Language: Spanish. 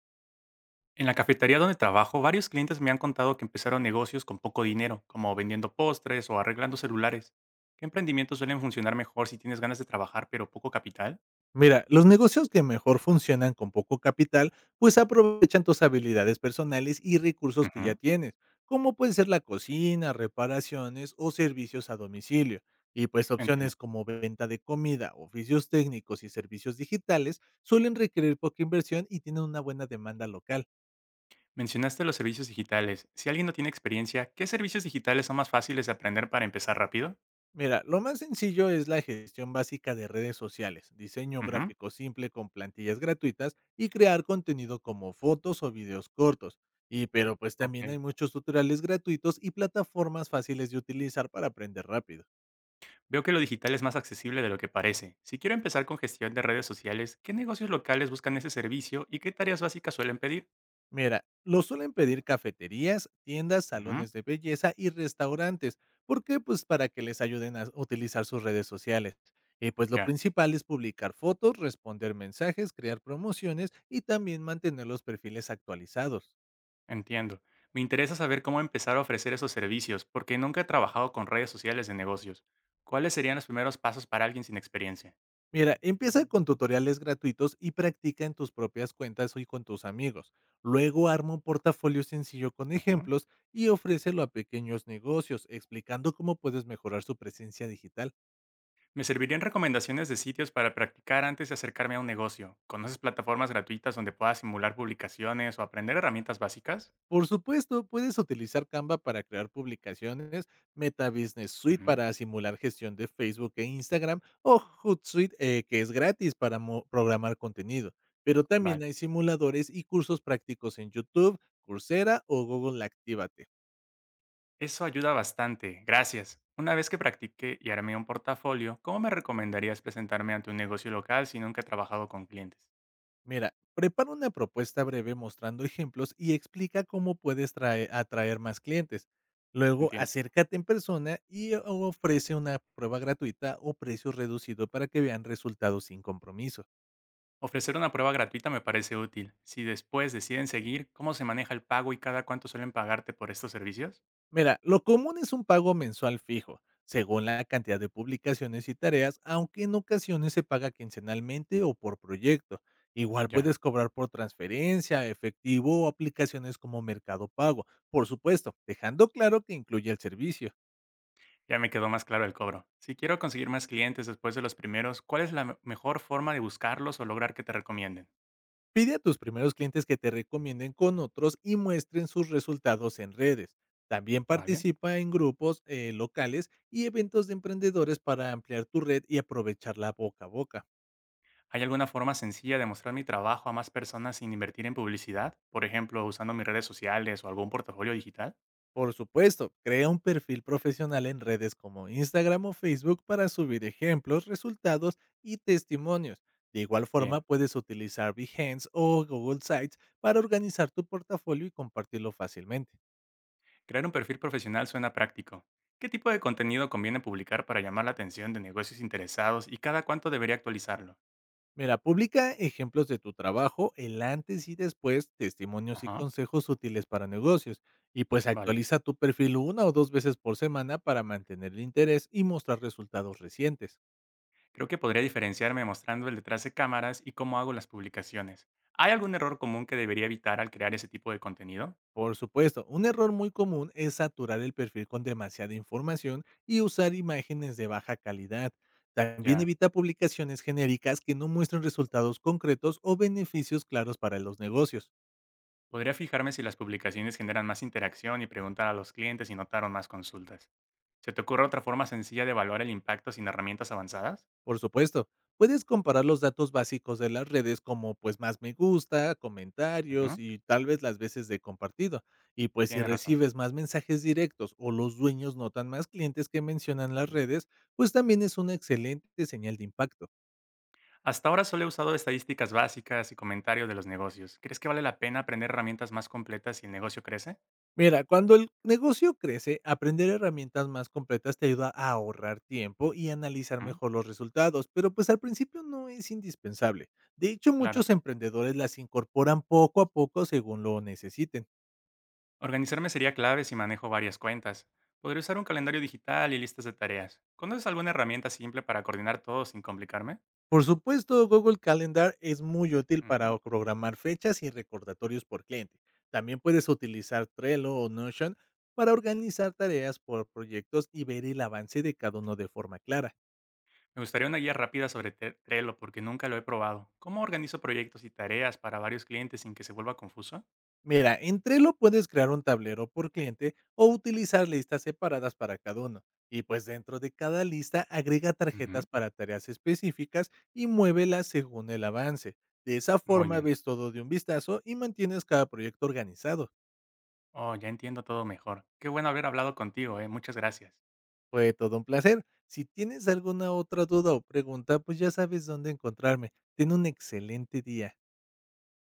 En la cafetería donde trabajo, varios clientes me han contado que empezaron negocios con poco dinero, como vendiendo postres o arreglando celulares. ¿Qué emprendimientos suelen funcionar mejor si tienes ganas de trabajar pero poco capital? Mira, los negocios que mejor funcionan con poco capital, pues aprovechan tus habilidades personales y recursos que ya Ujú. tienes, como puede ser la cocina, reparaciones o servicios a domicilio. Y pues Entiendo. opciones como venta de comida, oficios técnicos y servicios digitales suelen requerir poca inversión y tienen una buena demanda local. Mencionaste los servicios digitales. Si alguien no tiene experiencia, ¿qué servicios digitales son más fáciles de aprender para empezar rápido? Mira, lo más sencillo es la gestión básica de redes sociales, diseño Ujú. gráfico simple con plantillas gratuitas y crear contenido como fotos o videos cortos. Y pero pues Ok. también hay muchos tutoriales gratuitos y plataformas fáciles de utilizar para aprender rápido. Veo que lo digital es más accesible de lo que parece. Si quiero empezar con gestión de redes sociales, ¿qué negocios locales buscan ese servicio y qué tareas básicas suelen pedir? Mira, lo suelen pedir cafeterías, tiendas, Ujú. salones de belleza y restaurantes. ¿Por qué? Pues para que les ayuden a utilizar sus redes sociales. Y pues lo Ya. principal es publicar fotos, responder mensajes, crear promociones y también mantener los perfiles actualizados. Entiendo. Me interesa saber cómo empezar a ofrecer esos servicios, porque nunca he trabajado con redes sociales de negocios. ¿Cuáles serían los primeros pasos para alguien sin experiencia? Mira, empieza con tutoriales gratuitos y practica en tus propias cuentas y con tus amigos. Luego arma un portafolio sencillo con Ujú. ejemplos y ofrécelo a pequeños negocios, explicando cómo puedes mejorar su presencia digital. Me servirían recomendaciones de sitios para practicar antes de acercarme a un negocio. ¿Conoces plataformas gratuitas donde pueda simular publicaciones o aprender herramientas básicas? Por supuesto, puedes utilizar Canva para crear publicaciones, Meta Business Suite Ujú. para simular gestión de Facebook e Instagram o Hootsuite, que es gratis para programar contenido. Pero también Vale. hay simuladores y cursos prácticos en YouTube, Coursera o Google Actívate. Eso ayuda bastante. Gracias. Una vez que practique y arme un portafolio, ¿cómo me recomendarías presentarme ante un negocio local si nunca he trabajado con clientes? Mira, prepara una propuesta breve mostrando ejemplos y explica cómo puedes atraer más clientes. Luego, Entiendo. acércate en persona y ofrece una prueba gratuita o precio reducido para que vean resultados sin compromiso. Ofrecer una prueba gratuita me parece útil. Si después deciden seguir, ¿cómo se maneja el pago y cada cuánto suelen pagarte por estos servicios? Mira, lo común es un pago mensual fijo, según la cantidad de publicaciones y tareas, aunque en ocasiones se paga quincenalmente o por proyecto. Igual Ya, puedes cobrar por transferencia, efectivo o aplicaciones como Mercado Pago, por supuesto, dejando claro que incluye el servicio. ya me quedó más claro el cobro. Si quiero conseguir más clientes después de los primeros, ¿cuál es la mejor forma de buscarlos o lograr que te recomienden? Pide a tus primeros clientes que te recomienden con otros y muestren sus resultados en redes. También Vale. participa en grupos locales y eventos de emprendedores para ampliar tu red y aprovechar la boca a boca. ¿Hay alguna forma sencilla de mostrar mi trabajo a más personas sin invertir en publicidad? Por ejemplo, usando mis redes sociales o algún portafolio digital. Por supuesto, crea un perfil profesional en redes como Instagram o Facebook para subir ejemplos, resultados y testimonios. De igual forma, Bien, puedes utilizar Behance o Google Sites para organizar tu portafolio y compartirlo fácilmente. crear un perfil profesional suena práctico. ¿Qué tipo de contenido conviene publicar para llamar la atención de negocios interesados y cada cuánto debería actualizarlo? Mira, publica ejemplos de tu trabajo, el antes y después, testimonios y Ajá. consejos útiles para negocios. Y pues Vale. actualiza tu perfil una o dos veces por semana para mantener el interés y mostrar resultados recientes. Creo que podría diferenciarme mostrando el detrás de cámaras y cómo hago las publicaciones. ¿Hay algún error común que debería evitar al crear ese tipo de contenido? Por supuesto, un error muy común es saturar el perfil con demasiada información y usar imágenes de baja calidad. También Ya. evita publicaciones genéricas que no muestren resultados concretos o beneficios claros para los negocios. Podría fijarme si las publicaciones generan más interacción y preguntar a los clientes si notaron más consultas. ¿Se te ocurre otra forma sencilla de evaluar el impacto sin herramientas avanzadas? Por supuesto, puedes comparar los datos básicos de las redes como pues más me gusta, comentarios Ujú. y tal vez las veces de compartido. Y pues si Tienes razón. recibes más mensajes directos o los dueños notan más clientes que mencionan las Ujú. redes, pues también es una excelente señal de impacto. Hasta ahora solo he usado estadísticas básicas y comentarios de los negocios. ¿Crees que vale la pena aprender herramientas más completas si el negocio crece? Mira, cuando el negocio crece, aprender herramientas más completas te ayuda a ahorrar tiempo y analizar Ujú. mejor los resultados, pero pues al principio no es indispensable. De hecho, Claro. muchos emprendedores las incorporan poco a poco según lo necesiten. Organizarme sería clave si manejo varias cuentas. Podría usar un calendario digital y listas de tareas. ¿Conoces alguna herramienta simple para coordinar todo sin complicarme? Por supuesto, Google Calendar es muy útil Ujú. para programar fechas y recordatorios por cliente. También puedes utilizar Trello o Notion para organizar tareas por proyectos y ver el avance de cada uno de forma clara. Me gustaría una guía rápida sobre Trello porque nunca lo he probado. ¿Cómo organizo proyectos y tareas para varios clientes sin que se vuelva confuso? Mira, en Trello puedes crear un tablero por cliente o utilizar listas separadas para cada uno. Y pues dentro de cada lista agrega tarjetas Ujú. para tareas específicas y muévelas según el avance. De esa Muy forma bien. ves todo de un vistazo y mantienes cada proyecto organizado. Oh, ya entiendo todo mejor. Qué bueno haber hablado contigo, ¿eh? Muchas gracias. Fue todo un placer. Si tienes alguna otra duda o pregunta, pues ya sabes dónde encontrarme. Ten un excelente día.